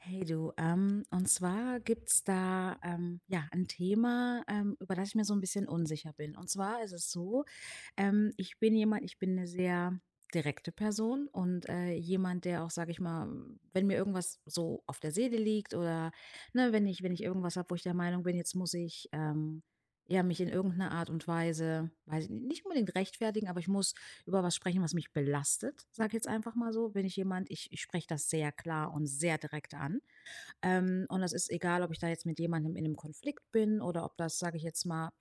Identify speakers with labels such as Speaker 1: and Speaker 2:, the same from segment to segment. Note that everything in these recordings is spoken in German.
Speaker 1: Hey du, und zwar gibt's da ja ein Thema, über das ich mir so ein bisschen unsicher bin. Und zwar ist es so, ich bin jemand, ich bin eine sehr direkte Person und jemand, der auch, sage ich mal, wenn mir irgendwas so auf der Seele liegt oder ne, wenn ich irgendwas habe, wo ich der Meinung bin, jetzt muss ich ja mich in irgendeiner Art und Weise, weiß ich nicht, nicht unbedingt rechtfertigen, aber ich muss über was sprechen, was mich belastet, sage ich jetzt einfach mal so, bin ich jemand, ich spreche das sehr klar und sehr direkt an. Und das ist egal, ob ich da jetzt mit jemandem in einem Konflikt bin oder ob das, sage ich jetzt mal,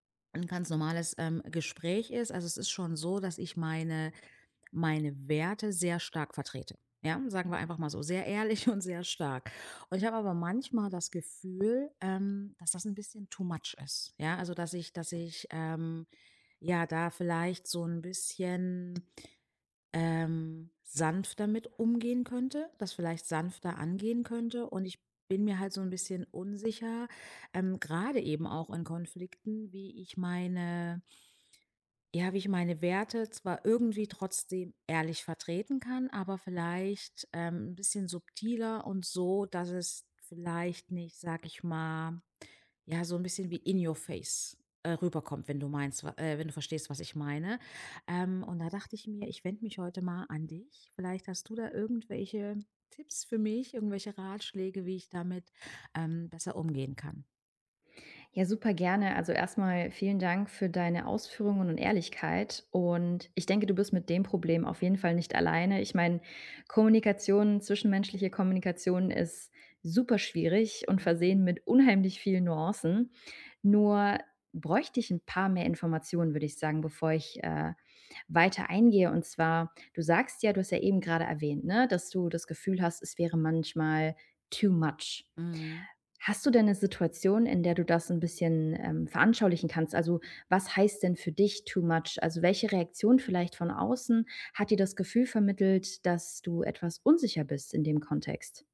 Speaker 1: ein ganz normales, Gespräch ist. Also, es ist schon so, dass ich meine Werte sehr stark vertrete, ja? Sagen wir einfach mal so, sehr ehrlich und sehr stark. Und ich habe aber manchmal das Gefühl, dass das ein bisschen too much ist, ja? Also, dass ich, ja, da vielleicht so ein bisschen sanfter mit umgehen könnte, das vielleicht sanfter angehen könnte. Und ich bin mir halt so ein bisschen unsicher, grade eben auch in Konflikten, wie ich meine, ja, wie ich meine Werte zwar irgendwie trotzdem ehrlich vertreten kann, aber vielleicht, 'n bisschen subtiler und so, dass es vielleicht nicht, sag ich mal ja, so ein bisschen wie in your face, rüberkommt, wenn du meinst, wa wenn du verstehst, was ich meine. Und da dachte ich mir, ich wende mich heute mal an dich. Vielleicht hast du da irgendwelche Tipps für mich, irgendwelche Ratschläge, wie ich damit, besser umgehen kann.
Speaker 2: Ja, super gerne. Also erstmal vielen Dank für deine Ausführungen und Ehrlichkeit. Und ich denke, du bist mit dem Problem auf jeden Fall nicht alleine. Ich meine, Kommunikation, zwischenmenschliche Kommunikation ist super schwierig und versehen
Speaker 1: Mhm.
Speaker 2: mit unheimlich vielen Nuancen. Nur bräuchte ich ein paar mehr Informationen, würde ich sagen, bevor ich weiter eingehe. Und zwar, du sagst ja, du hast ja eben gerade erwähnt, ne, dass du das Gefühl hast, es wäre manchmal too much.
Speaker 1: Mhm.
Speaker 2: Hast du denn 'ne Situation, in der du das ein bisschen, veranschaulichen kannst? Also, was heißt denn für dich too much? Also, welche Reaktion vielleicht von außen hat dir das Gefühl vermittelt, dass du etwas unsicher bist in dem Kontext?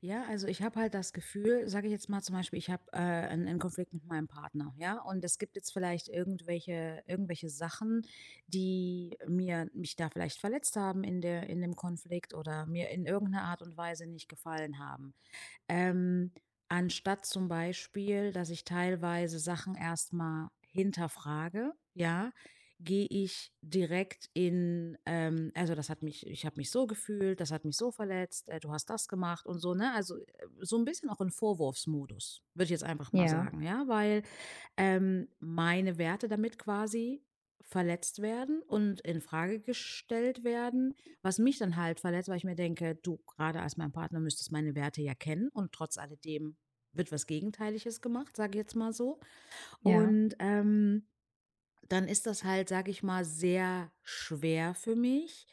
Speaker 1: Ja, also ich habe halt das Gefühl, sage ich jetzt mal zum Beispiel, ich habe einen Konflikt mit meinem Partner, ja, und es gibt jetzt vielleicht irgendwelche Sachen, die mir mich da vielleicht verletzt haben in der, in dem Konflikt oder mir in irgendeiner Art und Weise nicht gefallen haben. Ähm, Anstatt zum Beispiel, dass ich teilweise Sachen erstmal hinterfrage, ja, gehe ich direkt in, das hat mich ich habe mich so gefühlt, das hat mich so verletzt, du hast das gemacht und so, ne? Also, so ein bisschen auch in Vorwurfsmodus, würde ich jetzt einfach mal
Speaker 2: Ja,
Speaker 1: sagen, ja? Weil meine Werte damit quasi verletzt werden und in Frage gestellt werden, was mich dann halt verletzt, weil ich mir denke, du gerade als mein Partner müsstest meine Werte ja kennen und trotz alledem wird was Gegenteiliges gemacht, sage ich jetzt mal so.
Speaker 2: ja.
Speaker 1: Und ähm, Dann ist das halt, sage ich mal, sehr schwer für mich,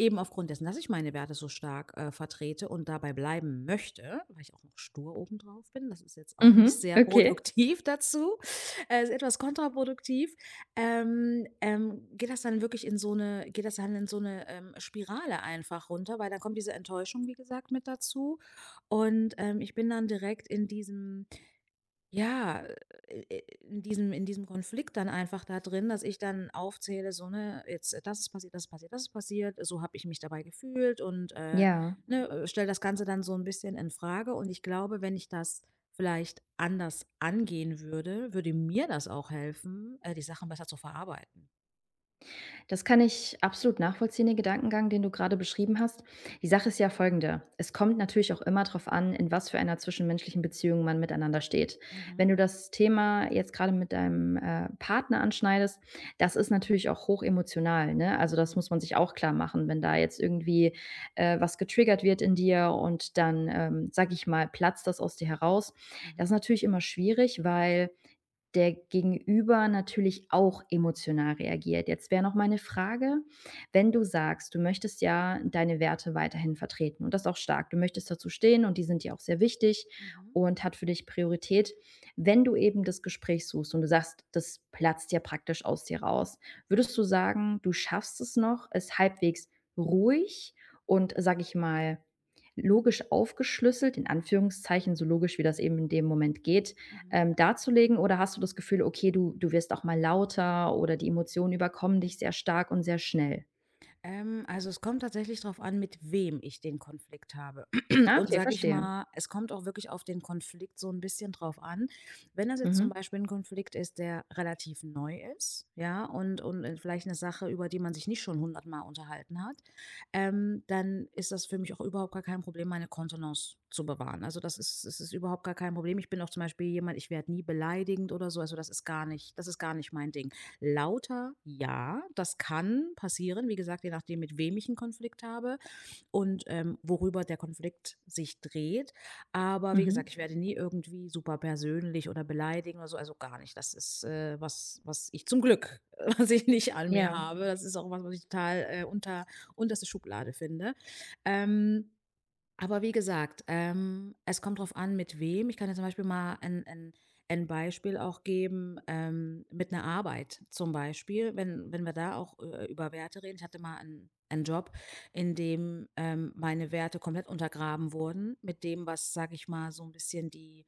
Speaker 1: eben aufgrund dessen, dass ich meine Werte so stark, vertrete und dabei bleiben möchte, weil ich auch noch stur obendrauf bin. Das ist jetzt auch nicht
Speaker 2: Mhm,
Speaker 1: sehr
Speaker 2: okay.
Speaker 1: produktiv dazu, ist etwas kontraproduktiv. Geht das dann wirklich in so eine? Geht das dann in so eine Spirale einfach runter, weil dann kommt diese Enttäuschung, wie gesagt, mit dazu. Ich bin dann direkt in diesem ja, in diesem Konflikt dann einfach da drin, dass ich dann aufzähle, so, ne, jetzt, das ist passiert, das ist passiert, das ist passiert, so habe ich mich dabei gefühlt und,
Speaker 2: Ja.
Speaker 1: ne, stelle das Ganze dann so ein bisschen in Frage. Und ich glaube, wenn ich das vielleicht anders angehen würde, würde mir das auch helfen, die Sachen besser zu verarbeiten.
Speaker 2: Das kann ich absolut nachvollziehen, den Gedankengang, den du gerade beschrieben hast. Die Sache ist ja folgende. Es kommt natürlich auch immer darauf an, in was für einer zwischenmenschlichen Beziehung man miteinander steht. Wenn
Speaker 1: Mhm.
Speaker 2: du das Thema jetzt gerade mit deinem Partner anschneidest, das ist natürlich auch hoch emotional. Ne? Also das
Speaker 1: Mhm.
Speaker 2: muss man sich auch klar machen, wenn da jetzt irgendwie was getriggert wird in dir und dann, sag ich mal, platzt das aus dir heraus. Das
Speaker 1: Mhm.
Speaker 2: ist natürlich immer schwierig, weil der Gegenüber natürlich auch emotional reagiert. Jetzt wäre noch meine Frage, wenn du sagst, du möchtest ja deine Werte weiterhin vertreten und das auch stark, du möchtest dazu stehen und die sind dir auch sehr wichtig
Speaker 1: Mhm.
Speaker 2: und hat für dich Priorität, wenn du eben das Gespräch suchst und du sagst, das platzt ja praktisch aus dir raus, würdest du sagen, du schaffst es noch, es halbwegs ruhig und, sage ich mal, logisch aufgeschlüsselt, in Anführungszeichen, so logisch wie das eben in dem Moment geht,
Speaker 1: Mhm.
Speaker 2: darzulegen? Oder hast du das Gefühl, okay, du wirst auch mal lauter oder die Emotionen überkommen dich sehr stark und sehr schnell?
Speaker 1: Also es kommt tatsächlich drauf an, mit wem ich den Konflikt habe.
Speaker 2: Ah,
Speaker 1: Und
Speaker 2: okay,
Speaker 1: sage ich
Speaker 2: verstehe.
Speaker 1: mal, es kommt auch wirklich auf den Konflikt so ein bisschen drauf an. Wenn das jetzt zum
Speaker 2: Mhm,
Speaker 1: Beispiel ein Konflikt ist, der relativ neu ist, ja, und vielleicht eine Sache, über die man sich nicht schon hundertmal unterhalten hat, dann ist das für mich auch überhaupt gar kein Problem, meine Kontenance zu bewahren. Also, das ist es ist überhaupt gar kein Problem. Ich bin auch zum Beispiel jemand, ich werde nie beleidigend oder so. Also, das ist gar nicht das ist gar nicht mein Ding. Lauter ja, das kann passieren, wie gesagt, je nachdem, mit wem ich einen Konflikt habe und, worüber der Konflikt sich dreht. Aber wie
Speaker 2: mhm.
Speaker 1: gesagt, ich werde nie irgendwie super persönlich oder beleidigen oder so, also gar nicht. Das ist, was was ich zum Glück was ich nicht an mir
Speaker 2: Ja,
Speaker 1: habe. Das ist auch was, was ich total, unter unterste Schublade finde. Ähm aber wie gesagt, es kommt drauf an, mit wem. Ich kann dir zum Beispiel mal ein Beispiel auch geben, mit einer Arbeit zum Beispiel, wenn wir da auch über Werte reden. Ich hatte mal einen Job, in dem meine Werte komplett untergraben wurden, mit dem, was, sage ich mal, so ein bisschen die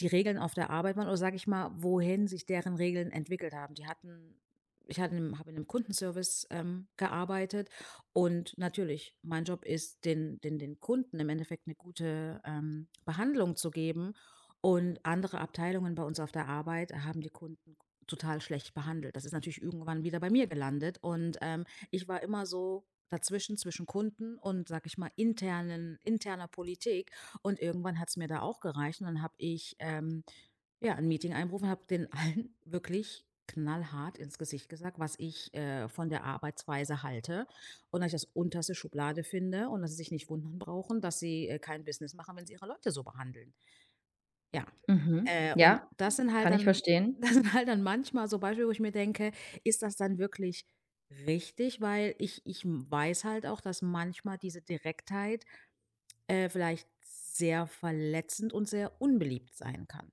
Speaker 1: die Regeln auf der Arbeit waren oder sage ich mal, wohin sich deren Regeln entwickelt haben. Die hatten ich hatte in 'nem habe in einem Kundenservice, gearbeitet und natürlich, mein Job ist, den Kunden im Endeffekt eine gute, Behandlung zu geben und andere Abteilungen bei uns auf der Arbeit haben die Kunden total schlecht behandelt. Das ist natürlich irgendwann wieder bei mir gelandet und ich war immer so dazwischen, zwischen Kunden und, sage ich mal, internen interner Politik und irgendwann hat es mir da auch gereicht und dann habe ich, ja, ein Meeting einberufen und habe den allen wirklich knallhart ins Gesicht gesagt, was ich, von der Arbeitsweise halte und dass ich das unterste Schublade finde und dass sie sich nicht wundern brauchen, dass sie, kein Business machen, wenn sie ihre Leute so behandeln. Ja,
Speaker 2: mhm.
Speaker 1: und
Speaker 2: Ja,
Speaker 1: das sind halt
Speaker 2: kann ich
Speaker 1: dann
Speaker 2: verstehen.
Speaker 1: das sind halt dann manchmal so Beispiele, wo ich mir denke: „Ist das dann wirklich richtig?“ Weil ich ich weiß halt auch, dass manchmal diese Direktheit vielleicht sehr verletzend und sehr unbeliebt sein kann.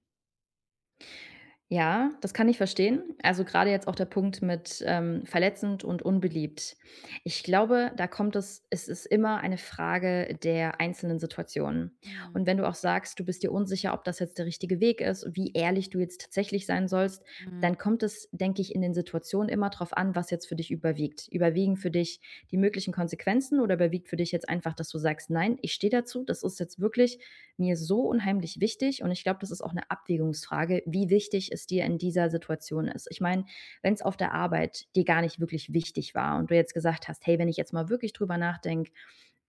Speaker 2: Ja, das kann ich verstehen. Also, gerade jetzt auch der Punkt mit, verletzend und unbeliebt. Ich glaube, da kommt es, ist immer eine Frage der einzelnen Situationen. Und
Speaker 1: Mhm.
Speaker 2: wenn du auch sagst, du bist dir unsicher, ob das jetzt der richtige Weg ist, wie ehrlich du jetzt tatsächlich sein sollst,
Speaker 1: Mhm.
Speaker 2: dann kommt es, denke ich, in den Situationen immer drauf an, was jetzt für dich überwiegt. Überwiegen für dich die möglichen Konsequenzen oder überwiegt für dich jetzt einfach, dass du sagst: „Nein, ich stehe dazu, das ist jetzt wirklich mir so unheimlich wichtig. Und ich glaube, das ist auch eine Abwägungsfrage, wie wichtig es dir in dieser Situation ist. Ich meine, wenn es auf der Arbeit dir gar nicht wirklich wichtig war und du jetzt gesagt hast, hey, wenn ich jetzt mal wirklich drüber nachdenke,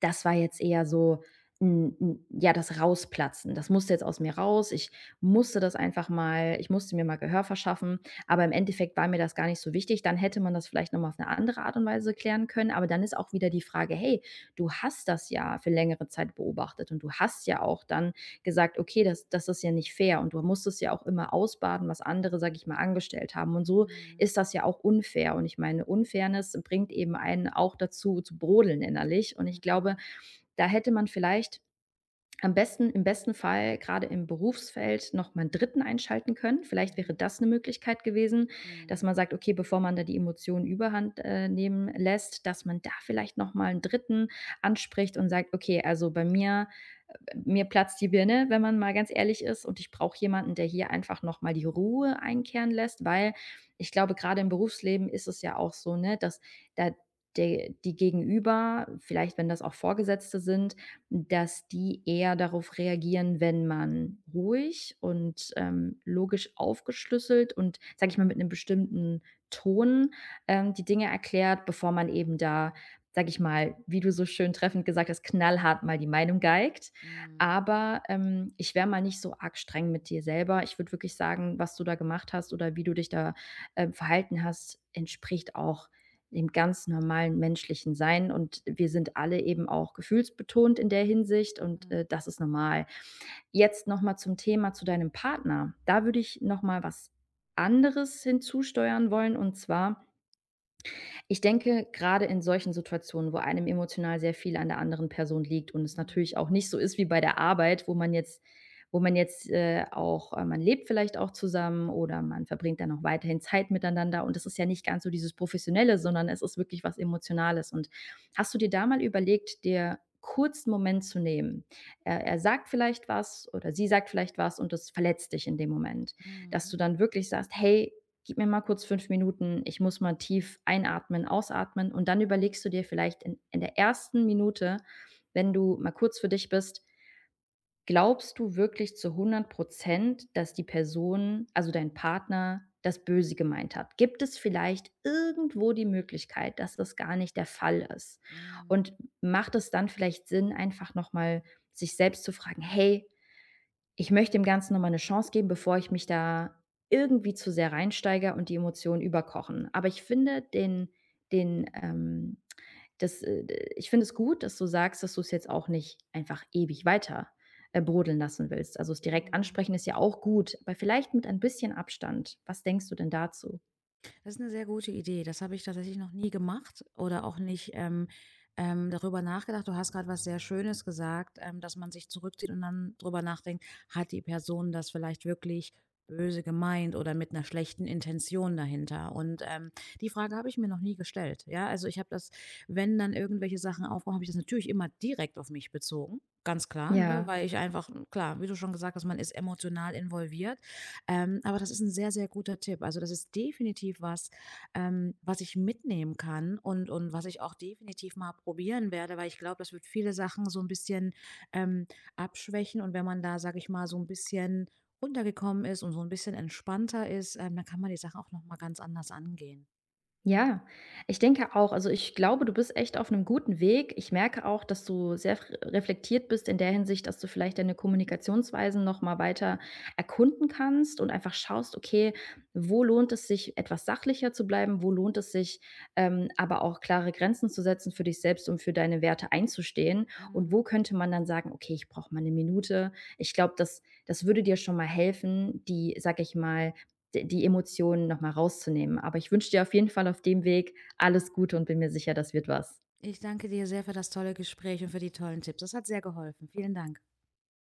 Speaker 2: das war jetzt eher so, ja, das Rausplatzen. Das musste jetzt aus mir raus. Ich musste das einfach mal, ich musste mir mal Gehör verschaffen. Aber im Endeffekt war mir das gar nicht so wichtig. Dann hätte man das vielleicht nochmal auf eine andere Art und Weise klären können. Aber dann ist auch wieder die Frage, hey, du hast das ja für längere Zeit beobachtet und du hast ja auch dann gesagt, okay, das, das ist ja nicht fair und du musstest ja auch immer ausbaden, was andere, sag ich mal, angestellt haben. Und so
Speaker 1: Mhm.
Speaker 2: ist das ja auch unfair. Und ich meine, Unfairness bringt eben einen auch dazu zu brodeln innerlich. Und ich glaube, da hätte man vielleicht am besten im besten Fall gerade im Berufsfeld noch mal einen Dritten einschalten können. Vielleicht wäre
Speaker 1: Mhm.
Speaker 2: das eine Möglichkeit gewesen, dass
Speaker 1: Mhm.
Speaker 2: man sagt: „Okay, bevor man da die Emotionen Überhand, nehmen lässt, dass man da vielleicht noch mal einen Dritten anspricht und sagt: „Okay, also bei mir platzt die Birne, wenn man mal ganz ehrlich ist. Und ich brauche jemanden, der hier einfach nochmal die Ruhe einkehren lässt, weil ich glaube, gerade im Berufsleben ist es ja auch so, ne, dass da der, die Gegenüber, vielleicht wenn das auch Vorgesetzte sind, dass die eher darauf reagieren, wenn man ruhig und logisch aufgeschlüsselt und, sage ich mal, mit einem bestimmten Ton die Dinge erklärt, bevor man eben da, sage ich mal, wie du so schön treffend gesagt hast, knallhart mal die Meinung geigt.
Speaker 1: Mhm.
Speaker 2: Aber, ich wäre mal nicht so arg streng mit dir selber. Ich würde wirklich sagen, was du da gemacht hast oder wie du dich da, verhalten hast, entspricht auch dem ganz normalen menschlichen Sein und wir sind alle eben auch gefühlsbetont in der Hinsicht und,
Speaker 1: Mhm.
Speaker 2: äh, das ist normal. Jetzt noch mal zum Thema zu deinem Partner. Da würde ich noch mal was anderes hinzusteuern wollen und zwar ich denke, gerade in solchen Situationen, wo einem emotional sehr viel an der anderen Person liegt und es
Speaker 1: Mhm.
Speaker 2: natürlich auch nicht so ist wie bei der Arbeit, wo man jetzt, auch man lebt vielleicht auch zusammen oder man verbringt dann auch weiterhin Zeit miteinander und das ist ja nicht ganz so dieses Professionelle, sondern es ist wirklich was Emotionales. Und hast du dir da mal überlegt, dir kurz einen Moment zu nehmen? Er sagt vielleicht was oder sie sagt vielleicht was und das verletzt dich in dem Moment, dass
Speaker 1: Mhm.
Speaker 2: du dann wirklich sagst: „Hey, gib mir mal kurz 5 Minuten, ich muss mal tief einatmen, ausatmen und dann überlegst du dir vielleicht in der ersten Minute, wenn du mal kurz für dich bist, glaubst du wirklich zu 100%, dass die Person, also dein Partner, das Böse gemeint hat? Gibt es vielleicht irgendwo die Möglichkeit, dass das gar nicht der Fall ist?
Speaker 1: Mhm.
Speaker 2: Und macht es dann vielleicht Sinn, einfach nochmal sich selbst zu fragen, hey, ich möchte dem Ganzen noch mal 'ne Chance geben, bevor ich mich da irgendwie zu sehr reinsteige und die Emotionen überkochen. Aber ich finde den, ähm das, äh ich finde es gut, dass du sagst, dass du es jetzt auch nicht einfach ewig weiter, brodeln lassen willst. Also, es direkt
Speaker 1: Mhm.
Speaker 2: ansprechen ist ja auch gut, aber vielleicht mit ein bisschen Abstand. Was denkst du denn dazu?
Speaker 1: Das ist eine sehr gute Idee. Das habe ich tatsächlich noch nie gemacht oder auch nicht, darüber nachgedacht. Du hast gerade was sehr Schönes gesagt, dass man sich zurückzieht und dann drüber nachdenkt: „Hat die Person das vielleicht wirklich böse gemeint oder mit einer schlechten Intention dahinter?“ Die Frage habe ich mir noch nie gestellt, ja? Also, ich habe das wenn dann irgendwelche Sachen aufkommen, habe ich das natürlich immer direkt auf mich bezogen, ganz klar, ne?
Speaker 2: Ja.
Speaker 1: Weil ich einfach klar, wie du schon gesagt hast, man ist emotional involviert aber das ist ein sehr, sehr guter Tipp. Also, das ist definitiv was, was ich mitnehmen kann und was ich auch definitiv mal probieren werde, weil ich glaube, das wird viele Sachen so ein bisschen, ähm, abschwächen. Und wenn man da, sage ich mal, so ein bisschen runtergekommen ist und so ein bisschen entspannter ist, dann kann man die Sachen auch noch mal ganz anders angehen.
Speaker 2: Ja, ich denke auch. Also, ich glaube, du bist echt auf einem guten Weg. Ich merke auch, dass du sehr f reflektiert bist in der Hinsicht, dass du vielleicht deine Kommunikationsweisen noch mal weiter erkunden kannst und einfach schaust: Okay, wo lohnt es sich, etwas sachlicher zu bleiben? Wo lohnt es sich, aber auch klare Grenzen zu setzen für dich selbst und für deine Werte einzustehen?
Speaker 1: Mhm.
Speaker 2: Und wo könnte man dann sagen: „Okay, ich brauche mal eine Minute.“ Ich glaube, das würde dir schon mal helfen, die, sage ich mal d die Emotionen noch mal rauszunehmen. Aber ich wünsche dir auf jeden Fall auf dem Weg alles Gute und bin mir sicher, das wird was.
Speaker 1: Ich danke dir sehr für das tolle Gespräch und für die tollen Tipps. Das hat sehr geholfen. Vielen Dank.